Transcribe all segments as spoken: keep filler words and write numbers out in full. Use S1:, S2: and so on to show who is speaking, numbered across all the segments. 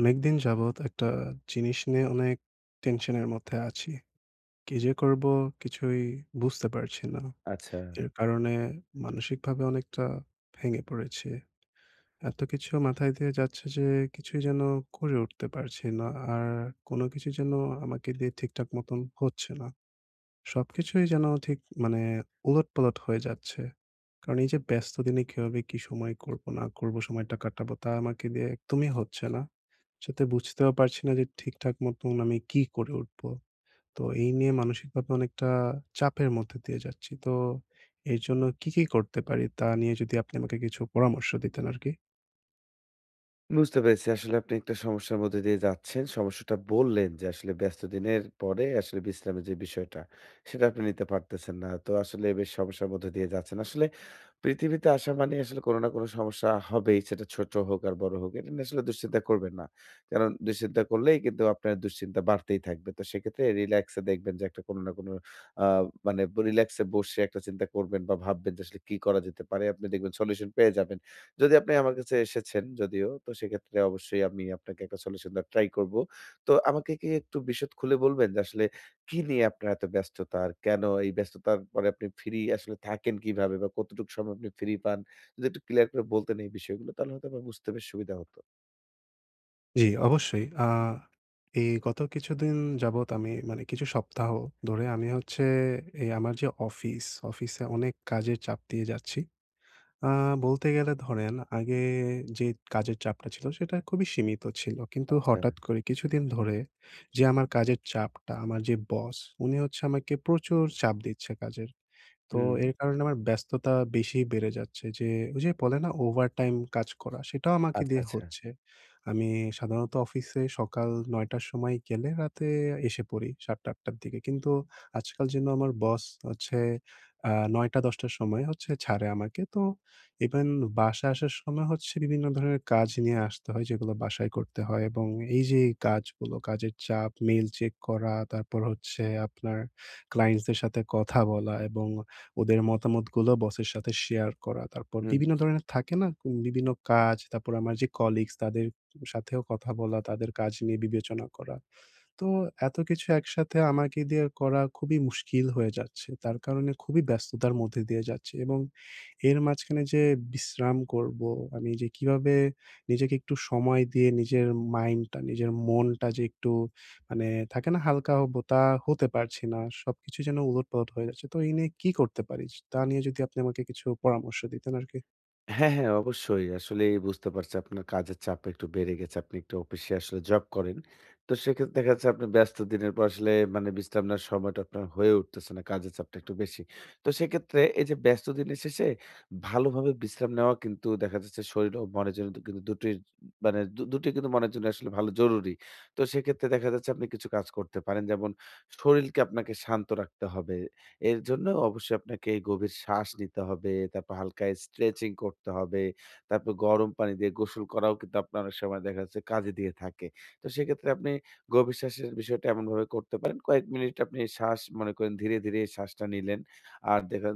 S1: অনেকদিন যাবৎ একটা জিনিস নিয়ে অনেক টেনশনের মধ্যে আছি। কি যে করব কিছুই বুঝতে পারছি না।
S2: আচ্ছা।
S1: এর কারণে মানসিকভাবে অনেকটা ভেঙে পড়েছি। এত কিছু মাথায় দিয়ে যাচ্ছে যে কিছুই যেন করে উঠতে পারছি না। আর কোনো কিছু যেন আমাকে দিয়ে ঠিকঠাক মতন হচ্ছে না। সবকিছুই যেন ঠিক মানে উলটপালট হয়ে যাচ্ছে। কারণ এই যে ব্যস্ত দিনে কিভাবে কি সময় করব না করব, সময়টা কাটাবো তা আমাকে দিয়ে একদমই হচ্ছে না। সাথে বুঝতেও পারছি না যে ঠিকঠাক মতন আমি কি করে উঠবো। তো এই নিয়ে মানসিকভাবে অনেকটা চাপের মধ্যে দিয়ে যাচ্ছি। তো এর জন্য কি, কি করতে পারি তা নিয়ে যদি আপনি আমাকে কিছু পরামর্শ দিতেন আরকি।
S2: বুঝতে পেরেছি। আসলে আপনি একটা সমস্যার মধ্যে দিয়ে যাচ্ছেন। সমস্যাটা বললেন যে আসলে ব্যস্ত দিনের পরে আসলে বিশ্রামের যে বিষয়টা, সেটা আপনি নিতে পারতেছেন না। তো আসলে বেশ সমস্যার মধ্যে দিয়ে যাচ্ছেন। আসলে পৃথিবীতে আসা মানে আসলে কোনো না কোনো সমস্যা হবেই। সেটা ছোট হোক আর বড় হোক। এটা নিয়ে আসলে দুশ্চিন্তা করবেন না। কারণ দুশ্চিন্তা করলেই কিন্তু আপনার দুশ্চিন্তা বাড়তেই থাকবে। তো সেক্ষেত্রে রিল্যাক্স এ দেখবেন যে একটা কোনো না কোনো আ মানে রিল্যাক্স এ বসে একটা চিন্তা করবেন বা ভাববেন যে আসলে কি করা যেতে পারে। আপনি দেখবেন সলিউশন পেয়ে যাবেন। যদি আপনি আমার কাছে এসেছেন যদিও, তো সেক্ষেত্রে অবশ্যই আমি আপনাকে একটা সলিউশন দেওয়ার ট্রাই করব। তো আমাকে কি একটু বিশদ খুলে বলবেন যে আসলে কি নিয়ে আপনার এত ব্যস্ততা? আর কেন এই ব্যস্ততার পরে আপনি ফ্রি আসলে থাকেন কিভাবে? বা কতটুকু সময় আপনি ফ্রি পান? যদি একটু ক্লিয়ার করে বলতেন এই বিষয়গুলো তাহলে হয়তো আমার বুঝতে বেশ সুবিধা হতো।
S1: জি, অবশ্যই। আ এই গত কিছুদিন যাবৎ আমি মানে কিছু সপ্তাহ ধরে আমি হচ্ছে এই আমার যে অফিস, অফিসে অনেক কাজের চাপ দিয়ে যাচ্ছি। আ বলতে গেলে ধরেন আগে যে কাজের চাপটা ছিল সেটা খুবই সীমিত ছিল। কিন্তু
S2: আচ্ছা।
S1: হঠাৎ করে কিছুদিন ধরে যে আমার কাজের চাপটা, আমার যে বস উনি হচ্ছে আমাকে প্রচুর চাপ দিচ্ছে কাজের। তো
S2: হুম।
S1: এর কারণে আমার ব্যস্ততা বেশি বেড়ে যাচ্ছে যে, ওই যে বলে না ওভারটাইম কাজ করা, সেটাও আমাকে
S2: আচ্ছা,
S1: দিয়ে
S2: আচ্ছা।
S1: হচ্ছে। আমি সাধারণত অফিসে সকাল ৯ঃ শূন্য শূন্য র সময় গেলে রাতে এসে পড়ি ৭ঃ০০-৮ঃ শূন্য শূন্য র দিকে। কিন্তু আজকাল যেন আমার বস হচ্ছে আ ৯ঃ০০-১০ঃ শূন্য শূন্য র সময় হচ্ছে ছাড়ে আমাকে। তো ইভেন বাসায় আসার সময় হচ্ছে বিভিন্ন ধরনের কাজ নিয়ে আসতে হয় যেগুলো বাসায় করতে হয় এবং এই যে এই কাজগুলো, কাজের চাপ, মেইল চেক করা, তারপর হচ্ছে আপনার ক্লায়েন্টসদের সাথে কথা বলা এবং ওদের মতামতগুলো বসের সাথে শেয়ার করা। তারপর
S2: হুম,
S1: বিভিন্ন
S2: হুম।
S1: ধরনের থাকে না? উম বিভিন্ন কাজ, তারপর আমার যে কলিগস তাদের সাথেও কথা বলা, তাদের কাজ নিয়ে বিবেচনা করা। তো এত কিছু একসাথে আমাকে দিয়ে করা খুবই মুশকিল হয়ে যাচ্ছে। তার কারণে খুবই ব্যস্ততার মধ্যে দিয়ে যাচ্ছি এবং এর মাঝখানে যে বিশ্রাম করবো, আমি যে কিভাবে নিজেকে একটু সময় দিয়ে নিজের মাইন্ডটা, নিজের মনটা যে একটু মানে থাকে না হালকা হবো, তা হতে পারছি না। সবকিছু যেন উলটপালট হয়ে যাচ্ছে। তো এই নিয়ে কি করতে পারি? তা নিয়ে যদি আপনি আমাকে কিছু পরামর্শ দিতেন আরকি।
S2: হ্যাঁ, হ্যাঁ, অবশ্যই। আসলেই বুঝতে পারছি আপনার কাজের চাপ একটু বেড়ে গেছে। আপনি একটু অফিসে আসলে জব করেন। তো সেক্ষেত্রে দেখা যাচ্ছে আপনি ব্যস্ত দিনের পর আসলে মানে বিশ্রাম নেওয়ার সময়টা আপনার হয়ে উঠতেছে না। কাজের চাপটা একটু বেশি। তো সেক্ষেত্রে এই যে ব্যস্ত দিনের শেষে ভালোভাবে বিশ্রাম নেওয়া কিন্তু দেখা যাচ্ছে শরীর ও মনের জন্য দু কিন্তু দুটোই মানে দু দুটোই কিন্তু মনের জন্য আসলে ভালো জরুরি। তো সেক্ষেত্রে দেখা যাচ্ছে আপনি কিছু কাজ করতে পারেন। যেমন শরীলকে আপনাকে শান্ত রাখতে হবে। এর জন্য অবশ্যই আপনাকে গভীর শ্বাস নিতে হবে, তারপর হালকা স্ট্রেচিং করতে হবে। তারপর গরম পানি দিয়ে গোসল করাও কিন্তু আপনার অনেক সময় দেখা যাচ্ছে কাজে দিয়ে থাকে। তো সেক্ষেত্রে আপনি গভীর শ্বাসের বিষয়টা এমনভাবে করতে পারেন, কয়েক মিনিট আপনি শ্বাস মনে করেন ধীরে, ধীরে শ্বাসটা নিলেন। আর দেখা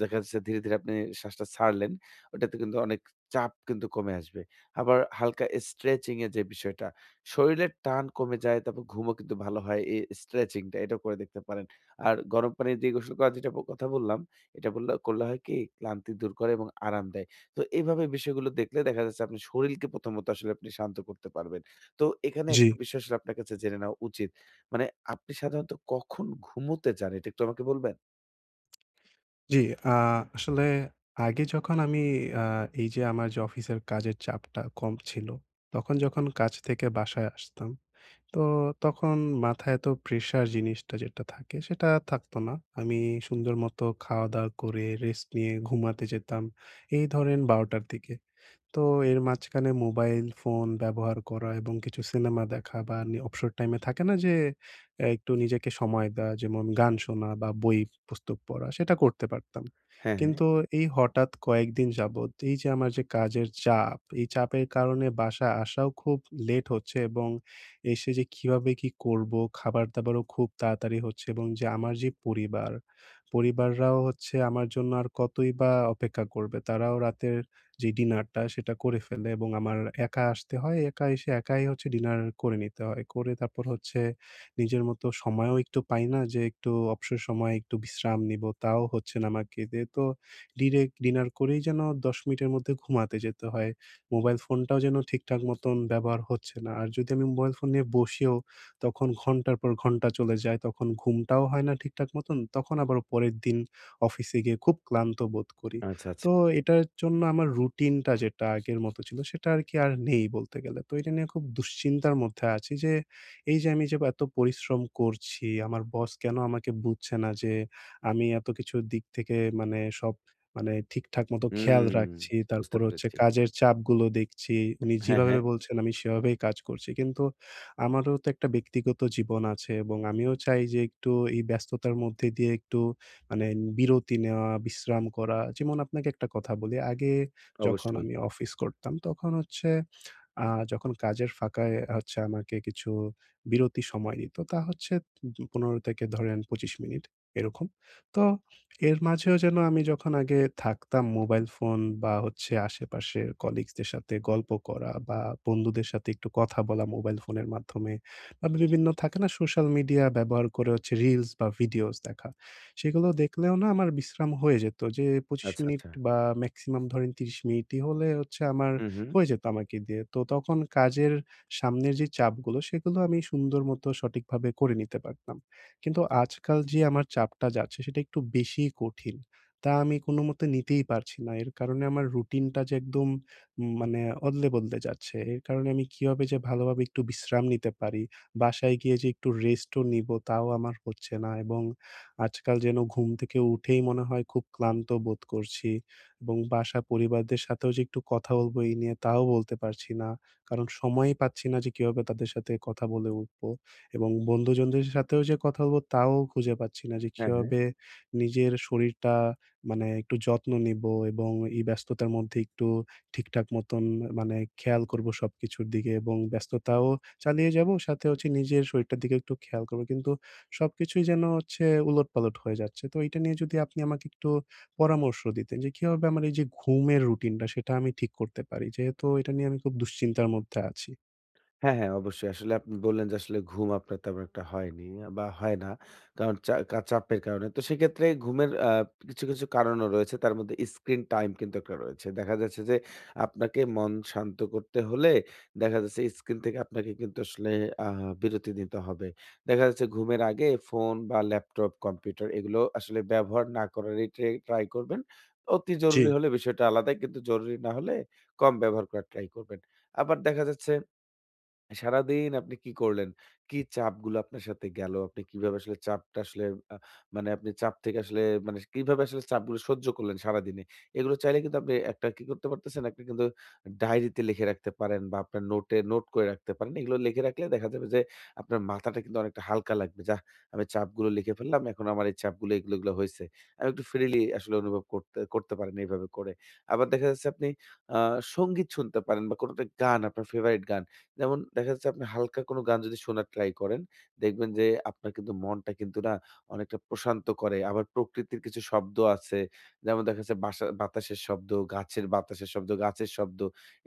S2: দেখা যাচ্ছে ধীরে, ধীরে আপনি শ্বাসটা ছাড়লেন। ওটাতে কিন্তু অনেক চাপ কিন্তু কমে আসবে। আবার হালকা স্ট্রেচিং এর যে বিষয়টা, শরীরের টান কমে যায়, তারপর ঘুমও কিন্তু ভালো হয় এই স্ট্রেচিংটা। এটাও করে দেখতে পারেন। আর গরম পানি দিয়ে গোসল করার যেটা ব কথা বললাম, এটা বললে করলে হয় কি ক্লান্তি দূর করে এবং আরাম দেয়। তো এভাবে বিষয়গুলো দেখলে দেখা যাচ্ছে আপনার শরীরকে প্রথমত আসলে আপনি শান্ত করতে পারবেন। তো এখানে
S1: জি।
S2: একটা বিষয় আসলে আপনার কাছে জেনে নেওয়া উচিত। মানে আপনি সাধারণত কখন ঘুমোতে যান এটা একটু আমাকে বলবেন?
S1: জি, আ আসলে আগে যখন আমি আ এই যে আমার যে অফিসের কাজের চাপটা কম ছিল, তখন যখন কাজ থেকে বাসায় আসতাম, তো তখন মাথায় এত প্রেশার জিনিসটা যেটা থাকে সেটা থাকতো না। আমি সুন্দর মতো খাওয়া-দাওয়া করে রেস্ট নিয়ে ঘুমাতে যেতাম। এই ধরেন ১২ঃ শূন্য শূন্য র দিকে। তো এর মাঝখানে মোবাইল ফোন ব্যবহার করা এবং কিছু সিনেমা দেখা বা নি অবসর টাইমে থাকে না যে অ্যা একটু নিজেকে সময় দেওয়া যেমন গান শোনা বা বই পুস্তক পড়া সেটা করতে পারতাম।
S2: হ্যাঁ, হ্যাঁ।
S1: কিন্তু এই হঠাৎ কয়েকদিন যাবৎ এই যে আমার যে কাজের চাপ, এই চাপের কারণে বাসায় আসাও খুব লেট হচ্ছে এবং এসে যে কিভাবে কি করব খাবার-দাবারও খুব তাড়াতাড়ি হচ্ছে এবং যে আমার যে পরিবার, পরিবাররাও হচ্ছে আমার জন্য আর কতই বা অপেক্ষা করবে। তারাও রাতের যে ডিনারটা সেটা করে ফেলে এবং আমার একা আসতে হয়। একা এসে একাই হচ্ছে ডিনার করে নিতে হয়। করে তারপর হচ্ছে নিজের মতো সময়ও একটু পাই না যে একটু অবসর সময়ে একটু বিশ্রাম নিবো, তাও হচ্ছে না আমাকে। দিয়ে তো ডিরেক্ট ডিনার করেই যেন দশ মিনিটের মধ্যে ঘুমাতে যেতে হয়। মোবাইল ফোনটাও যেন ঠিকঠাক মতন ব্যবহার হচ্ছে না। আর যদি আমি মোবাইল ফোন নিয়ে বসিও তখন ঘন্টার পর ঘন্টা চলে যায়। তখন ঘুমটাও হয় না ঠিকঠাক মতন। তখন আবার পরের দিন অফিসে গিয়ে খুব ক্লান্ত বোধ করি।
S2: আচ্ছা, আচ্ছা।
S1: তো এটার জন্য আমার রুটিনটা যেটা আগের মতো ছিল সেটা আরকি আর নেই বলতে গেলে। তো এটা নিয়ে খুব দুশ্চিন্তার মধ্যে আছি যে এই যে আমি যে এত পরিশ্রম করছি, আমার বস কেন আমাকে বুঝছে না যে আমি এত কিছুর দিক থেকে মানে সব মানে ঠিকঠাক মতো খেয়াল
S2: হুম,
S1: রাখছি।
S2: বুঝতে
S1: তারপরে হচ্ছে
S2: পেরেছি।
S1: কাজের চাপগুলো দেখছি। উনি
S2: হ্যাঁ, হ্যাঁ,
S1: যেভাবে বলছেন আমি সেভাবেই কাজ করছি। কিন্তু আমারও তো একটা ব্যক্তিগত জীবন আছে এবং আমিও চাই যে একটু এই ব্যস্ততার মধ্যে দিয়ে একটু মানে বিরতি নেওয়া, বিশ্রাম করা। যেমন আপনাকে একটা কথা বলি, আগে যখন
S2: অবশ্যই।
S1: আমি অফিস করতাম, তখন হচ্ছে আ যখন কাজের ফাঁকায় হচ্ছে আমাকে কিছু বিরতি সময় দিত। তা হচ্ছে পনেরো থেকে ধরেন পঁচিশ মিনিট এরকম। তো এর মাঝেও যেন আমি যখন আগে থাকতাম মোবাইল ফোন বা হচ্ছে আশেপাশের কলিগসদের সাথে গল্প করা বা বন্ধুদের সাথে একটু কথা বলা মোবাইল ফোনের মাধ্যমে বা বিভিন্ন থাকে না সোশ্যাল মিডিয়া ব্যবহার করে হচ্ছে রিলস বা ভিডিওস দেখা। সেগুলো দেখলেও না আমার বিশ্রাম হয়ে যেত যে পঁচিশ
S2: আচ্ছা,
S1: মিনিট
S2: আচ্ছা।
S1: বা মেক্সিমাম ধরেন ত্রিশ মিনিটই হলে হচ্ছে আমার
S2: হুম, হুম।
S1: হয়ে যেত আমাকে দিয়ে। তো তখন কাজের সামনের যে চাপগুলো, সেগুলো আমি সুন্দর মতো সঠিকভাবে করে নিতে পারতাম। কিন্তু আজকাল যে আমার চাপটা যাচ্ছে, সেটা একটু বেশিই কঠিন। তা আমি কোনোমতে নিতেই পারছি না। এর কারণে আমার রুটিনটা যে একদম উম মানে অদলে-বদলে যাচ্ছে। এর কারণে আমি কিভাবে যে ভালোভাবে একটু বিশ্রাম নিতে পারি, বাসায় গিয়ে যে একটু রেস্টও নিবো, তাও আমার হচ্ছে না এবং আজকাল যেন ঘুম থেকে উঠেই মনে হয় খুব ক্লান্ত বোধ করছি। এবং বাসা পরিবারদের সাথেও যে একটু কথা বলবো এই নিয়ে তাও বলতে পারছি না। কারণ সময়ই পাচ্ছি না যে কিভাবে তাদের সাথে কথা বলে উঠবো এবং বন্ধুজনদের সাথেও যে কথা বলবো তাও খুঁজে পাচ্ছি না যে
S2: হ্যাঁ, হ্যাঁ।
S1: কিভাবে নিজের শরীরটা মানে একটু যত্ন নিবো এবং এই ব্যস্ততার মধ্যে একটু ঠিকঠাক মতন মানে খেয়াল করবো সবকিছুর দিকে এবং ব্যস্ততাও চালিয়ে যাবো। সাথে হচ্ছে নিজের শরীরটার দিকে একটু খেয়াল করবো। কিন্তু সবকিছুই যেন হচ্ছে উলটপালট হয়ে যাচ্ছে। তো এইটা নিয়ে যদি আপনি আমাকে একটু পরামর্শ দিতেন যে কিভাবে আমার এই যে ঘুমের রুটিনটা সেটা আমি ঠিক করতে পারি। যেহেতু এটা নিয়ে আমি খুব দুশ্চিন্তার মধ্যে আছি।
S2: হ্যাঁ, হ্যাঁ, অবশ্যই। আসলে আপনি বললেন যে আসলে ঘুম আপনার তেমন একটা হয়নি বা হয় না। কারণ চা কা চাপের কারণে। তো সেক্ষেত্রে ঘুমের আ কিছু, কিছু কারণও রয়েছে। তার মধ্যে স্ক্রিন টাইম কিন্তু একটা রয়েছে। দেখা যাচ্ছে যে আপনাকে মন শান্ত করতে হলে দেখা যাচ্ছে স্ক্রিন থেকে আপনাকে কিন্তু আসলে আ বিরতি নিতে হবে। দেখা যাচ্ছে ঘুমের আগে ফোন বা ল্যাপটপ, কম্পিউটার এগুলো আসলে ব্যবহার না করারই ট্রে ট্রাই করবেন। অতি
S1: জি।
S2: জরুরি হলে বিষয়টা আলাদা। কিন্তু জরুরি না হলে কম ব্যবহার করার ট্রাই করবেন। আবার দেখা যাচ্ছে সারাদিন আপনি কি করলেন? কি চাপগুলো আপনার সাথে গেল? আপনি কিভাবে আসলে চাপটা আসলে আ মানে আপনি চাপ থেকে আসলে মানে কিভাবে আসলে চাপগুলো সহ্য করলেন সারাদিনে? এগুলো চাইলে কিন্তু আপনি একটা কি করতে পারতেছেন, একটা কিন্তু ডায়েরিতে লিখে রাখতে পারেন বা আপনার নোটে নোট করে রাখতে পারেন। এগুলো লিখে রাখলে দেখা যাবে যে আপনার মাথাটা কিন্তু অনেকটা হালকা লাগবে। যাহ! আমি চাপগুলো লিখে ফেললাম। এখন আমার এই চাপগুলো এগুলো, এগুলো হইছে। আমি একটু ফ্রিলি আসলে অনুভব করতে করতে পারেন এইভাবে করে। আবার দেখা যাচ্ছে আপনি আ সংগীত শুনতে পারেন বা কোনো একটা গান আপনার ফেভারিট গান। যেমন দেখা যাচ্ছে আপনি হালকা কোনো গান যদি শোনার ট্রাই করেন, দেখবেন যে আপনার কিন্তু মনটা কিন্তু না অনেকটা প্রশান্ত করে। আবার প্রকৃতির কিছু শব্দ আছে। যেমন দেখা যাচ্ছে বাসা বাতাসের শব্দ, গাছের বাতাসের শব্দ, গাছের শব্দ।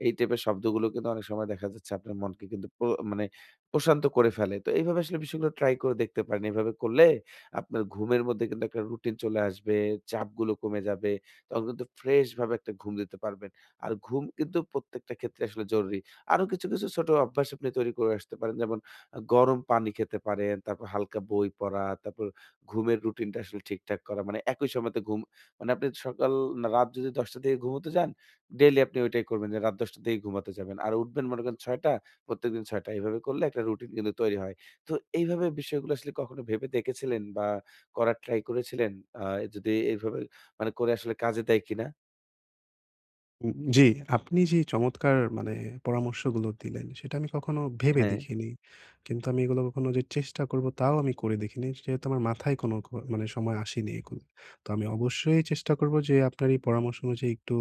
S2: এই টাইপের শব্দগুলো কিন্তু অনেক সময় দেখা যাচ্ছে আপনার মনকে কিন্তু প্র মানে প্রশান্ত করে ফেলে। তো এইভাবে আসলে বিষয়গুলো ট্রাই করে দেখতে পারেন। এভাবে করলে আপনার ঘুমের মধ্যে কিন্তু একটা রুটিন চলে আসবে, চাপগুলো কমে যাবে। তখন কিন্তু ফ্রেশভাবে একটা ঘুম দিতে পারবেন। আর ঘুম কিন্তু প্রত্যেকটা ক্ষেত্রে আসলে জরুরি। আরো কিছু, কিছু ছোট অভ্যাস আপনি তৈরি করে আসতে পারেন। যেমন আ গরম পানি খেতে পারেন, তারপর হালকা বই পড়া, তারপর ঘুমের রুটিনটা আসলে ঠিকঠাক করা। মানে একই সময়তে ঘুম মানে আপনি সকাল না রাত যদি দশটা থেকে ঘুমোতে যান, ডেইলি আপনি ওইটাই করবেন যে রাত দশটা থেকে ঘুমাতে যাবেন। আর উঠবেন মনে করেন ছয়টা, প্রত্যেকদিন ছয়টা। এভাবে করলে একটা রুটিন কিন্তু তৈরি হয়। তো এইভাবে বিষয়গুলো আসলে কখনো ভেবে দেখেছিলেন বা করার ট্রাই করেছিলেন? আ যদি এইভাবে মানে করে আসলে কাজে দেয় কিনা?
S1: উম জি, আপনি যে চমৎকার মানে পরামর্শগুলো দিলেন, সেটা আমি কখনো ভেবে
S2: হ্যাঁ,
S1: দেখিনি। কিন্তু আমি এগুলো কখনো যে চেষ্টা করব, তাও আমি করে দেখিনি। যেহেতু আমার মাথায় কোনো ক মানে সময় আসেনি এগুলো। তো আমি অবশ্যই চেষ্টা করব যে আপনার এই পরামর্শ অনুযায়ী একটু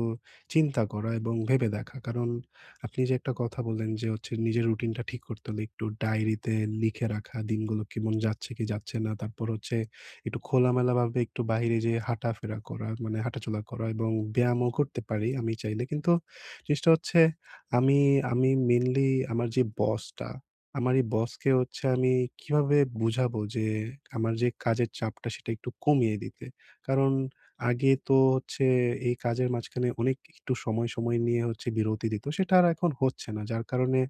S1: চিন্তা করা এবং ভেবে দেখা। কারণ আপনি যে একটা কথা বললেন যে হচ্ছে নিজের রুটিনটা ঠিক করতে হলে একটু ডায়েরিতে লিখে রাখা, দিনগুলো কেমন যাচ্ছে কি যাচ্ছে না। তারপর হচ্ছে একটু খোলামেলাভাবে একটু বাহিরে যেয়ে হাঁটাফেরা করা, মানে হাঁটাচলা করা এবং ব্যায়ামও করতে পারি আমি চাইলে। কিন্তু জিনিসটা হচ্ছে আমি আমি মেইনলি আমার যে বসটা, আমার এই বসকে হচ্ছে আমি কিভাবে বুঝাবো যে আমার যে কাজের চাপটা সেটা একটু কমিয়ে দিতে। কারণ আগে তো হচ্ছে এই কাজের মাঝখানে অনেক একটু সময়, সময় নিয়ে হচ্ছে বিরতি দিত। সেটা আর এখন হচ্ছে না। যার কারণে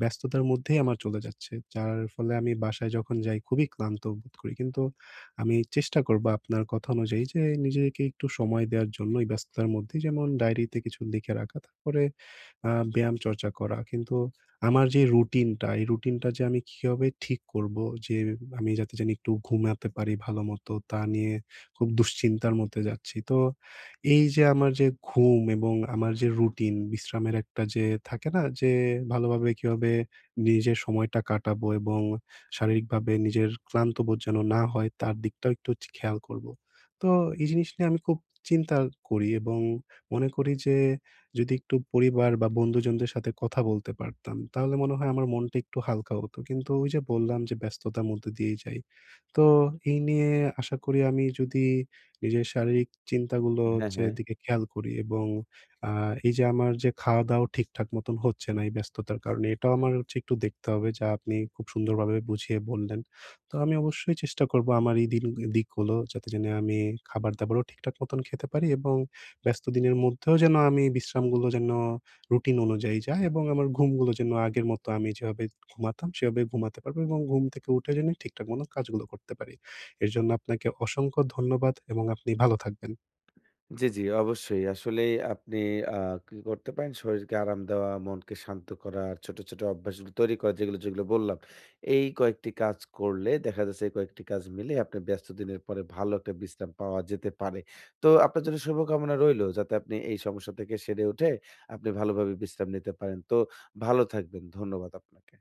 S1: ব্যস্ততার মধ্যেই আমার চলে যাচ্ছে। যার ফলে আমি বাসায় যখন যাই খুবই ক্লান্ত বোধ করি। কিন্তু আমি চেষ্টা করব আপনার কথা অনুযায়ী যে নিজেকে একটু সময় দেওয়ার জন্য এই ব্যস্ততার মধ্যে যেমন ডায়েরিতে কিছু লিখে রাখা। তারপরে আ ব্যায়াম চর্চা করা। কিন্তু আমার যে রুটিনটা, এই রুটিনটা যে আমি কিভাবে ঠিক করব যে আমি যাতে জানি একটু ঘুমাতে পারি ভালোমতো তা নিয়ে খুব দুশ্চিন্তার মধ্যে যাচ্ছি। তো এই যে আমার যে ঘুম এবং আমার যে রুটিন বিশ্রামের একটা যে থাকে না যে ভালোভাবে কিভাবে নিজের সময়টা কাটাবো এবং শারীরিকভাবে নিজের ক্লান্ত বোধ যেন না হয় তার দিকটাও একটু খেয়াল করব। তো এই জিনিস নিয়ে আমি খুব চিন্তা করি এবং মনে করি যে যদি একটু পরিবার বা বন্ধুজনদের সাথে কথা বলতে পারতাম, তাহলে মনে হয় আমার মনটা একটু হালকা হতো। কিন্তু ওই যে বললাম যে ব্যস্ততার মধ্যে দিয়েই যাই। তো এই নিয়ে আশা করি আমি যদি নিজের শারীরিক চিন্তাগুলো
S2: হ্যাঁ,
S1: হচ্ছে
S2: হ্যাঁ।
S1: দিকে খেয়াল করি এবং আ এই যে আমার যে খাওয়া-দাওয়া ঠিকঠাক মতন হচ্ছে না এই ব্যস্ততার কারণে, এটাও আমার হচ্ছে একটু দেখতে হবে যা আপনি খুব সুন্দরভাবে বুঝিয়ে বললেন। তো আমি অবশ্যই চেষ্টা করব আমার এই দিন দিকগুলো যাতে জেনে আমি খাবার-দাবারও ঠিকঠাক মতন খেতে পারি এবং ব্যস্ত দিনের মধ্যেও যেন আমি বিশ্রামগুলো যেন রুটিন অনুযায়ী যায় এবং আমার ঘুমগুলো যেন আগের মতো আমি যেভাবে ঘুমাতাম সেভাবে ঘুমাতে পারবো এবং ঘুম থেকে উঠে যেন ঠিকঠাক মতো কাজগুলো করতে পারি। এর জন্য আপনাকে অসংখ্য ধন্যবাদ এবং আপনি ভালো থাকবেন।
S2: জি, জি, অবশ্যই। আসলেই আপনি আ কি করতে পারেন, শরীরকে আরাম দেওয়া, মনকে শান্ত করা, আর ছোট, ছোট অভ্যাসগুলো তৈরি করা যেগুলো, যেগুলো বললাম। এই কয়েকটি কাজ করলে দেখা যাচ্ছে এই কয়েকটি কাজ মিলে আপনার ব্যস্ত দিনের পরে ভালো একটা বিশ্রাম পাওয়া যেতে পারে। তো আপনার জন্য শুভকামনা রইলো যাতে আপনি এই সমস্যা থেকে সেরে উঠে আপনি ভালোভাবে বিশ্রাম নিতে পারেন। তো ভালো থাকবেন। ধন্যবাদ আপনাকে।